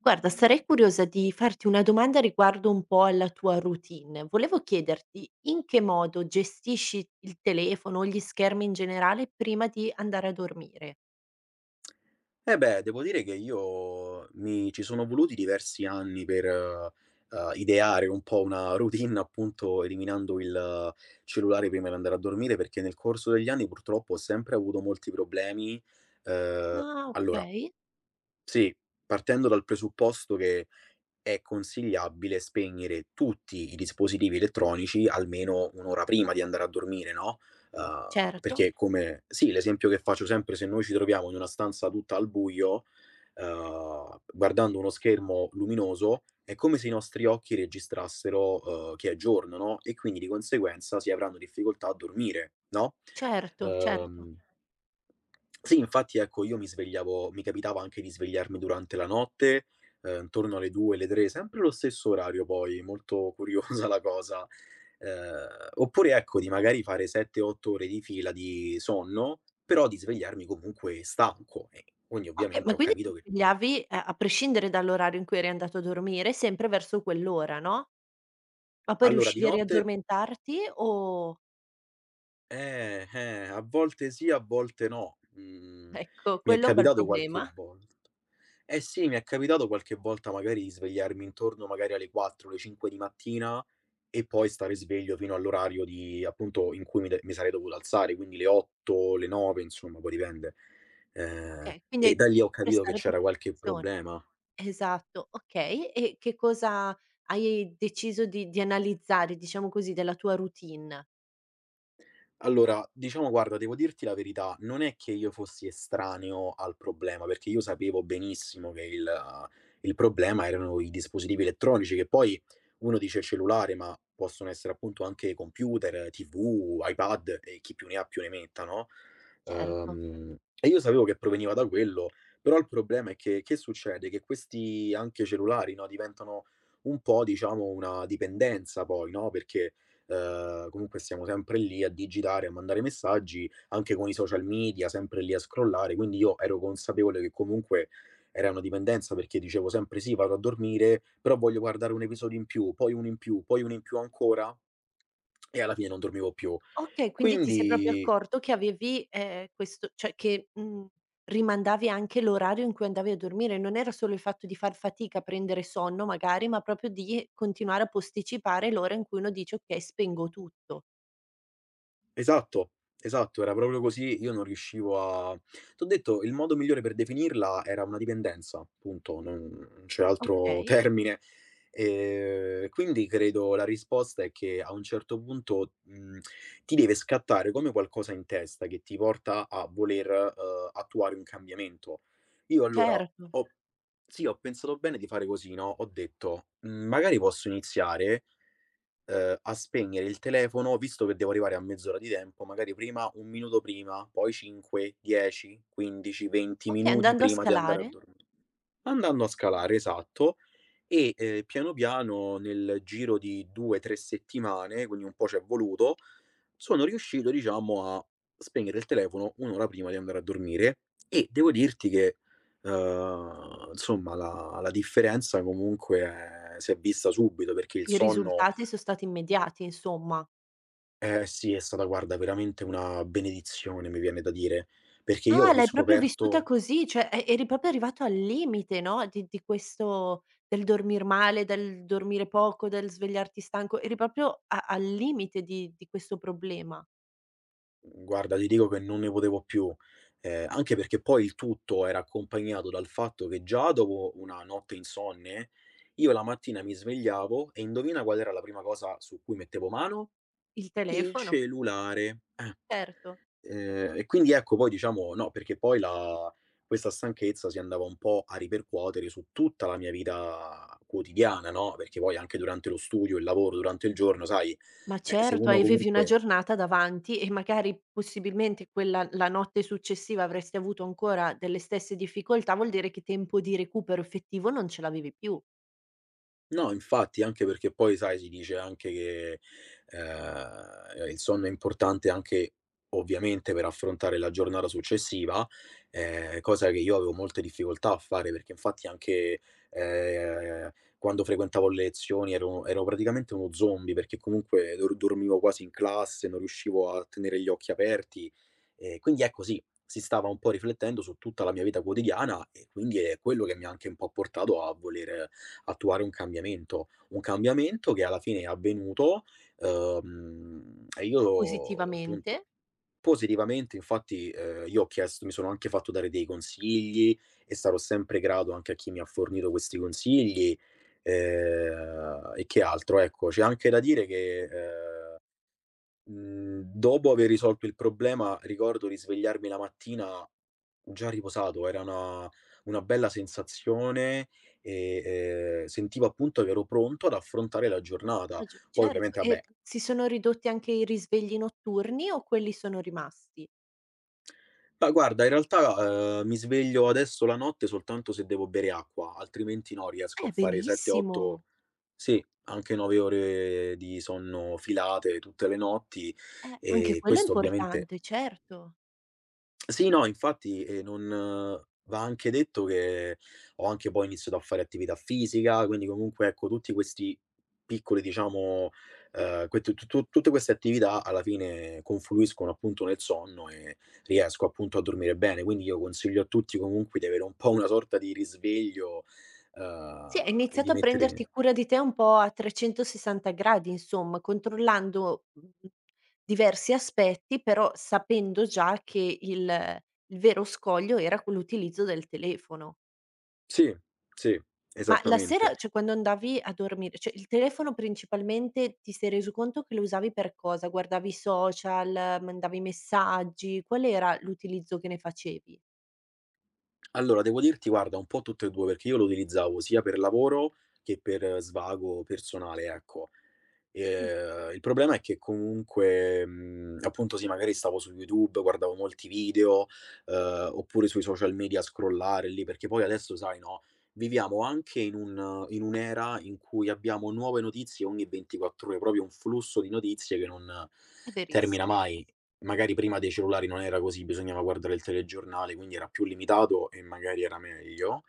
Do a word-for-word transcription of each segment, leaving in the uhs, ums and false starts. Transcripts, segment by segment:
Guarda, sarei curiosa di farti una domanda riguardo un po' alla tua routine. Volevo chiederti in che modo gestisci il telefono o gli schermi in generale prima di andare a dormire. Eh beh, devo dire che io mi ci sono voluti diversi anni per, uhm, ideare un po' una routine, appunto, eliminando il cellulare prima di andare a dormire, perché nel corso degli anni purtroppo ho sempre avuto molti problemi. Uhm, Ah, allora, okay. sì, partendo dal presupposto che è consigliabile spegnere tutti i dispositivi elettronici almeno un' ora prima di andare a dormire, no, uhm, Certo, perché come sì, l'esempio che faccio sempre, se noi ci troviamo in una stanza tutta al buio, uhm, guardando uno schermo luminoso, è come se i nostri occhi registrassero, uhm, che è giorno, no, e quindi di conseguenza si avranno difficoltà a dormire, no? certo, certo. Uhm sì, infatti ecco, io mi svegliavo mi capitava anche di svegliarmi durante la notte, ehm, intorno alle due, alle tre, sempre lo stesso orario poi, molto curiosa la cosa. Ehm, Oppure ecco, di magari fare sette, otto ore di fila di sonno, però di svegliarmi comunque stanco e quindi Okay, ovviamente ma ho quindi ti capito che svegliavi, a a prescindere dall'orario in cui eri andato a dormire, sempre verso quell'ora, no, ma poi allora di riuscivi a notte, riaddormentarti o eh, eh, a volte sì, a volte no. Mhmm, ecco, Mi è quello è un bel capitato qualche problema. volta. Eh sì, mi è capitato qualche volta magari di svegliarmi intorno magari alle quattro, alle cinque di mattina e poi stare sveglio fino all'orario di appunto in cui mi de mi sarei dovuto alzare, quindi le otto, le nove, insomma, poi dipende. Ehm, Okay, quindi E hai da lì ho dovuto capito che prestare più c'era qualche attenzione. problema. Esatto, okay. E che cosa hai deciso di di analizzare, diciamo così, della tua routine? Allora, diciamo guarda, devo dirti la verità, non è che io fossi estraneo al problema, perché io sapevo benissimo che il il problema erano i dispositivi elettronici, che poi uno dice cellulare, ma possono essere appunto anche computer, tivù, iPad e chi più ne ha più ne metta, no, Certo. uhm, e io sapevo che proveniva da quello, però il problema è che che succede? Che questi anche cellulari, no, diventano un po' diciamo una dipendenza poi, no, perché Ehm, comunque stiamo sempre lì a digitare, a mandare messaggi, anche con i social media, sempre lì a scrollare, quindi io ero consapevole che comunque era una dipendenza perché dicevo sempre: "Sì, vado a dormire, però voglio guardare un episodio in più, poi uno in più, poi uno in più ancora", e alla fine non dormivo più. Okay, quindi ti sei proprio Quindi accorto che avevi, ehm, questo cioè che, mhmm, rimandavi anche l'orario in cui andavi a dormire. Non era solo il fatto di far fatica a prendere sonno magari, ma proprio di continuare a posticipare l'ora in cui uno dice: "Okay, spengo tutto." esatto, esatto, era proprio così, io non riuscivo a, t'ho detto, il modo migliore per definirla era una dipendenza, punto, non non c'è altro Okay, termine. Ehm, quindi credo la risposta è che a un certo punto, mhmm, ti deve scattare come qualcosa in testa che ti porta a voler, uhm, attuare un cambiamento. Io allora certo. ho, sì, ho pensato bene di fare così, no, ho detto: "Mhmm, magari posso iniziare, uhm, a spegnere il telefono, visto che devo arrivare a mezz'ora di tempo, magari prima un minuto prima, poi cinque, dieci, quindici, venti Okay, minuti andando a prima di andare a scalare, dormi", andando a scalare, esatto, e, ehm, piano piano nel giro di due, tre settimane, quindi un po' c'è voluto, sono riuscito diciamo a spegnere il telefono un' ora prima di andare a dormire e devo dirti che, uhm, insomma la la differenza comunque eh, si è vista subito, perché il i sonno, risultati so stati immediati, insomma. eh sì, è stata guarda veramente una benedizione, mi viene da dire, perché io ho Ah, l'hai proprio vissuta riscoperto. così, cioè e eri proprio arrivato al limite, no, di di questo del dormir male, del dormire poco, del svegliarti stanco, eri proprio a al limite di di questo problema. Guarda, ti dico che non ne potevo più, ehm, anche perché poi il tutto era accompagnato dal fatto che già dopo una notte insonne, io la mattina mi svegliavo e indovina qual era la prima cosa su cui mettevo mano? Il Il telefono, cellulare. Eh. certo. Ehm, e quindi ecco, poi diciamo no, perché poi la questa stanchezza si andava un po' a ripercuotere su tutta la mia vita quotidiana, no, perché poi anche durante lo studio, il lavoro, durante il giorno, sai, Ma eh, se certo, uno avevi una comunque. giornata davanti e magari possibilmente quella la notte successiva avresti avuto ancora delle stesse difficoltà, vuol dire che tempo di recupero effettivo non ce l'avevi più. No, infatti, anche perché poi sai, si dice anche che, ehm, il sonno è importante anche ovviamente per affrontare la giornata successiva, ehm, cosa che io avevo molte difficoltà a fare perché infatti anche, ehm, quando frequentavo le lezioni ero ero praticamente uno zombie, perché comunque dor dormivo quasi in classe, non riuscivo a tenere gli occhi aperti. E quindi ecco sì, si stava un po' riflettendo su tutta la mia vita quotidiana e quindi è quello che mi ha anche un po' portato a voler attuare un cambiamento. Un cambiamento che alla fine è avvenuto, uhm, e io Positivamente. appunto positivamente, infatti, ehm, io ho chiesto, mi sono anche fatto dare dei consigli e sarò sempre grato anche a chi mi ha fornito questi consigli. Ehm, e che altro, ecco, c'è anche da dire che, ehm Mhmm, dopo aver risolto il problema, ricordo di svegliarmi la mattina già riposato. Era una una bella sensazione e, ehm, sentivo appunto che ero pronto ad affrontare la giornata. Ragio Poi certo, ovviamente vabbè, e si sono ridotti anche i risvegli notturni o quelli sono rimasti? ma guarda in realtà, ehm, mi sveglio adesso la notte soltanto se devo bere acqua, altrimenti no, riesco a Eh, fare sette, otto, benissimo. sì, anche nove ore di sonno filate tutte le notti Eh, anche e quello è questo ovviamente importante, certo. sì, no, infatti, ehm, non, eh, va anche detto che ho anche poi iniziato a fare attività fisica, quindi comunque, ecco, tutti questi piccoli, diciamo, ehm, que tu tu tutte queste attività alla fine confluiscono appunto nel sonno e riesco appunto a dormire bene. Quindi io consiglio a tutti comunque di avere un po' una sorta di risveglio, Sì, ehm, hai e di iniziato a prenderti mettere cura di te un po' a trecentosessanta gradi insomma, controllando, mhmm, diversi aspetti, però sapendo già che il il vero scoglio era que l'utilizzo del telefono. sì, sì, Ma la esattamente. sera cioè quando andavi a dormire cioè il telefono principalmente ti sei reso conto che lo usavi per cosa? Guardavi i social, mandavi messaggi, qual era l'utilizzo che ne facevi? Allora, devo dirti, guarda, un po' tutte e due, perché io lo utilizzavo sia per lavoro che per eh, svago personale, ecco. Mh, Ehm, il problema è che comunque, mhmm, appunto sì, magari stavo su YouTube, guardavo molti video, ehm, oppure sui social media a scrollare lì, perché poi adesso sai, no, viviamo anche in un in un'era in cui abbiamo nuove notizie ogni ventiquattro ore, proprio un flusso di notizie che non è verissi. termina mai. Magari prima dei cellulari non era così, bisognava guardare il telegiornale, quindi era più limitato e magari era meglio.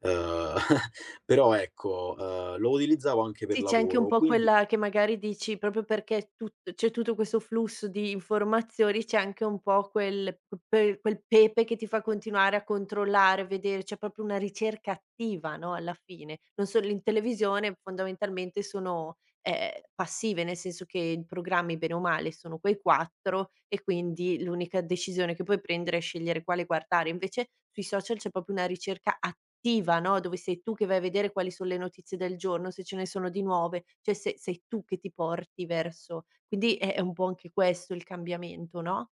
Ehm, Però ecco, ehm, lo utilizzavo anche per Sì, c'è anche un lavoro, po' quindi quella che magari dici proprio perché tut c'è tutto questo flusso di informazioni, c'è anche un po' quel pe quel pepe che ti fa continuare a controllare, vedere, c'è proprio una ricerca attiva, no, alla fine. Non so in televisione fondamentalmente sono ehm, passive, nel senso che i programmi bene o male sono quei quattro e quindi l'unica decisione che puoi prendere è scegliere quale guardare. Invece sui social c'è proprio una ricerca attiva, no, dove sei tu che vai a vedere quali son le notizie del giorno, se ce ne sono di nuove, cioè se sei tu che ti porti verso quindi è è un po' anche questo il cambiamento, no?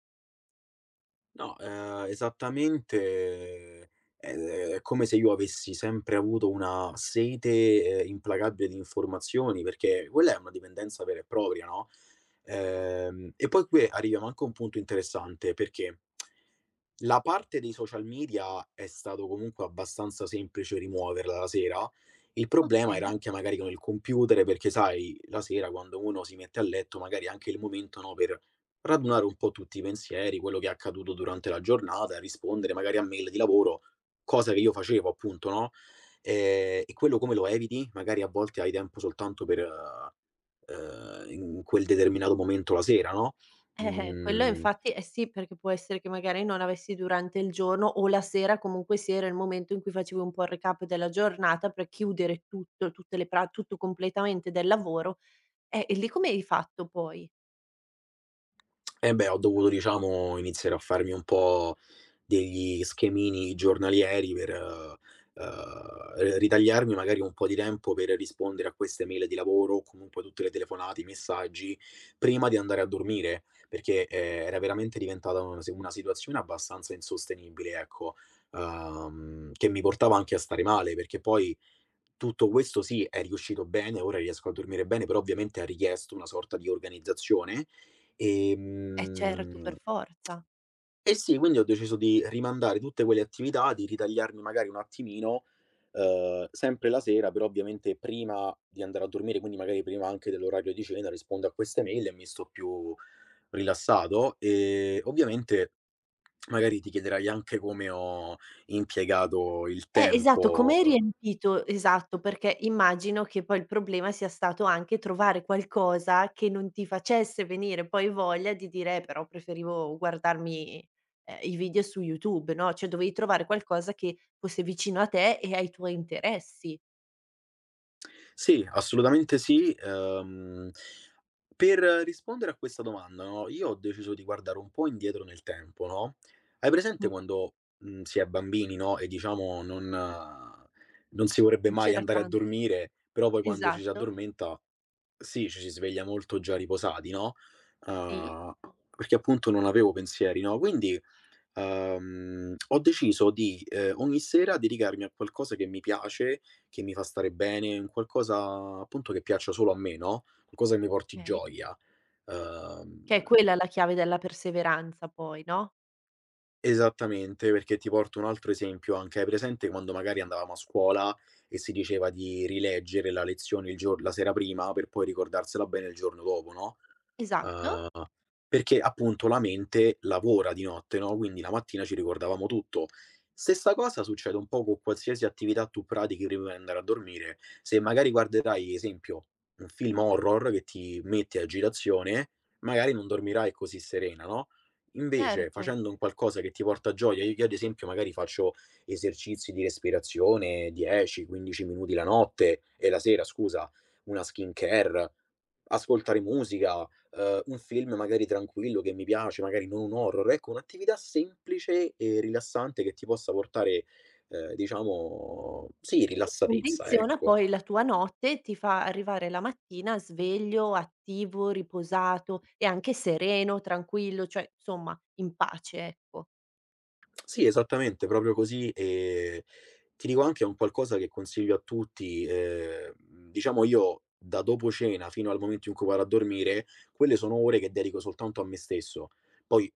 no, ehm, esattamente, ehm, è come se io avessi sempre avuto una sete, ehm, implacabile di informazioni, perché quella è una dipendenza vera e propria, no, ehm, e poi qui arriviamo anche a un punto interessante, perché la parte dei social media è stato comunque abbastanza semplice rimuoverla la sera. Il problema era Okay. anche magari con il computer, perché sai, la sera quando uno si mette a letto, magari è anche il momento, no, per radunare un po' tutti i pensieri, quello che è accaduto durante la giornata, rispondere magari a mail di lavoro, cosa che io facevo appunto, no? Ehm, e quello come lo eviti? Magari a volte hai tempo soltanto per, ehm, in quel determinato momento la sera, no? Mh. Eh, eh, quello Mhmm, infatti eh sì, perché può essere che magari non avessi durante il giorno o la sera comunque sia era il momento in cui facevi un po' il recap della giornata per chiudere tutto, tutte le pra tutto completamente del lavoro. Eh, e lì come hai fatto poi? Eh beh, ho dovuto diciamo iniziare a farmi un po' degli schemini giornalieri per, uhm, r ritagliarmi magari un po' di tempo per rispondere a queste mail di lavoro, o comunque tutte le telefonate, i messaggi, prima di andare a dormire, perché, ehm, era veramente diventata una si una situazione abbastanza insostenibile, ecco, uhm, che mi portava anche a stare male, perché poi, tutto questo sì, è riuscito bene, ora riesco a dormire bene, però ovviamente ha richiesto una sorta di organizzazione. Eh certo, Ehm, per forza. e sì, quindi ho deciso di rimandare tutte quelle attività, di ritagliarmi magari un attimino, uhm, sempre la sera, però ovviamente prima di andare a dormire, quindi magari prima anche dell'orario di cena, rispondo a queste mail e mi sto più rilassato. E ovviamente magari ti chiederai anche come ho impiegato il Eh, esatto, tempo. com'è uhm riempito esatto, perché immagino che poi il problema sia stato anche trovare qualcosa che non ti facesse venire poi voglia di dire: "Eh, però preferivo guardarmi, ehm, i video su YouTube", no, cioè dovevi trovare qualcosa che fosse vicino a te e ai tuoi interessi. Sì, assolutamente sì. Ehm, per rispondere a questa domanda, no, io ho deciso di guardare un po' indietro nel tempo, no, hai presente Mh, quando, mhmm, si è bambini, no, e diciamo non eh, non si vorrebbe non mai c'era andare a tanto. dormire, però poi quando ci si Esatto, addormenta, sì, ci si sveglia molto già riposati, no, sì, uhm, perché appunto non avevo pensieri, no, quindi. Uhm, ho deciso di, ehm, ogni sera dedicarmi a qualcosa che mi piace, che mi fa stare bene, un qualcosa appunto che piaccia solo a me, no, qualcosa che mi porti okay. gioia. Uhm, Che è quella la chiave della perseveranza poi, no? Esattamente, perché ti porto un altro esempio anche. Hai presente quando magari andavamo a scuola e si diceva di rileggere la lezione il gior la sera prima per poi ricordarsela bene il giorno dopo, no? Esatto, Uhm, Perché appunto la mente lavora di notte, no, quindi la mattina ci ricordavamo tutto. Stessa cosa succede un po' con qualsiasi attività tu pratichi prima di andare a dormire. Se magari guarderai, esempio, un film horror che ti mette agitazione, magari non dormirai così serena, no, invece certo. facendo un qualcosa che ti porta gioia, io io ad esempio magari faccio esercizi di respirazione dieci, quindici minuti la notte e la sera, scusa, una skincare, ascoltare musica, ehm, un film magari tranquillo che mi piace, magari non un horror. Ecco, un'attività semplice e rilassante che ti possa portare, ehm, diciamo sì Sì, che rilassatezza, condiziona ecco. poi la tua notte, ti fa arrivare la mattina sveglio, attivo, riposato e anche sereno, tranquillo, cioè insomma in pace, ecco. Sì, esattamente, proprio così. Ehm, ti dico anche è un qualcosa che consiglio a tutti. Ehm, diciamo io da dopo cena fino al momento in cui vado a dormire, quelle sono ore che dedico soltanto a me stesso. Poi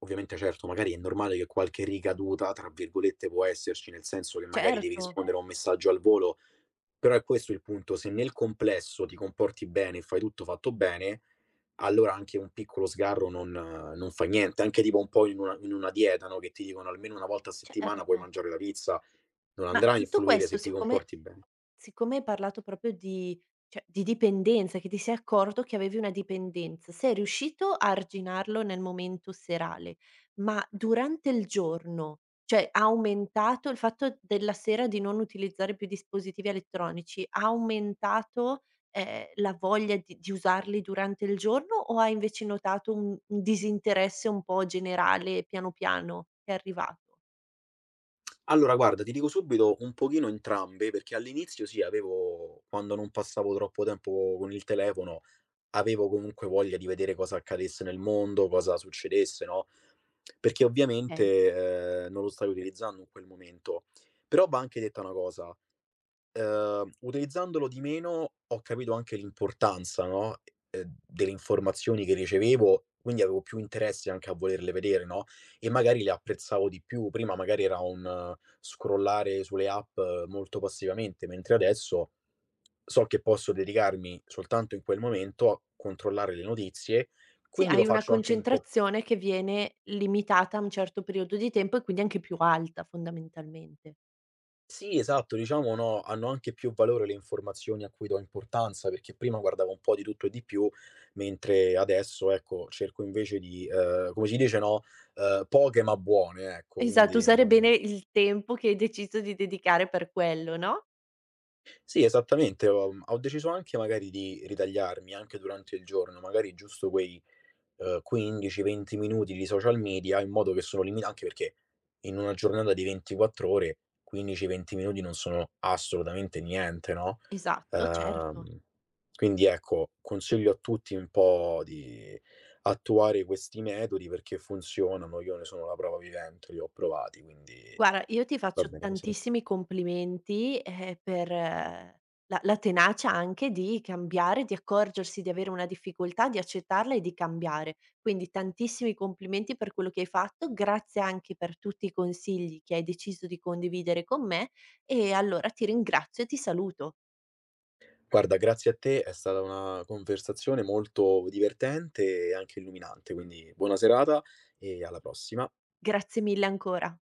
ovviamente certo, magari è normale che qualche "ricaduta" tra virgolette può esserci, nel senso che magari devi Certo, rispondere a un, certo, messaggio al volo, però è questo il punto: se nel complesso ti comporti bene e fai tutto fatto bene allora anche un piccolo sgarro non non fa niente. Anche tipo un po' in una in una dieta, no, che ti dicono almeno una volta a settimana puoi certo. mangiare la pizza, non Ma andrà a tutto influire se questo ti siccome comporti bene. siccome hai parlato proprio di cioè di dipendenza, che ti sei accorto che avevi una dipendenza, sei riuscito a arginarlo nel momento serale, ma durante il giorno, cioè ha aumentato il fatto della sera di non utilizzare più dispositivi elettronici, ha aumentato, ehm, la voglia di di usarli durante il giorno o hai invece notato un un disinteresse un po' generale piano piano che è arrivato? Allora guarda, ti dico subito un pochino entrambe, perché all'inizio sì, avevo, quando non passavo troppo tempo con il telefono, avevo comunque voglia di vedere cosa accadesse nel mondo, cosa succedesse, no, perché Okay. ovviamente, ehm, non lo stai utilizzando in quel momento. Però va anche detta una cosa. Ehm, utilizzandolo di meno ho capito anche l'importanza, no, ehm, delle informazioni che ricevevo, quindi avevo più interesse anche a volerle vedere, no, e magari le apprezzavo di più. Prima magari era un eh, scrollare sulle app eh, molto passivamente, mentre adesso so che posso dedicarmi soltanto in quel momento a controllare le notizie, Sì, quindi lo hai una faccio anche un po'. concentrazione che viene limitata a un certo periodo di tempo e quindi anche più alta fondamentalmente. Sì, esatto, diciamo, no, hanno anche più valore le informazioni a cui do importanza, perché prima guardavo un po' di tutto e di più, mentre adesso, ecco, cerco invece di, ehm, come si dice, no, ehm, poche ma buone, ecco, Esatto, quindi usare non. bene il tempo che hai deciso di dedicare per quello, no? Sì, esattamente, ho ho deciso anche magari di ritagliarmi, anche durante il giorno, magari giusto quei uhm, quindici, venti minuti di social media in modo che sono limita, anche perché in una giornata di ventiquattro ore quindici, venti minuti non sono assolutamente niente, no, Esatto, certo. uhm, quindi ecco, consiglio a tutti un po' di attuare questi metodi perché funzionano, io ne sono la prova vivente, li ho provati, quindi Guarda, io ti va faccio bene così. tantissimi complimenti, eh, per eh, la la tenacia anche di cambiare, di accorgersi di avere una difficoltà, di accettarla e di cambiare. Quindi tantissimi complimenti per quello che hai fatto, grazie anche per tutti i consigli che hai deciso di condividere con me e allora ti ringrazio e ti saluto. Guarda, grazie a te, è stata una conversazione molto divertente e anche illuminante, quindi buona serata e alla prossima. Grazie mille ancora.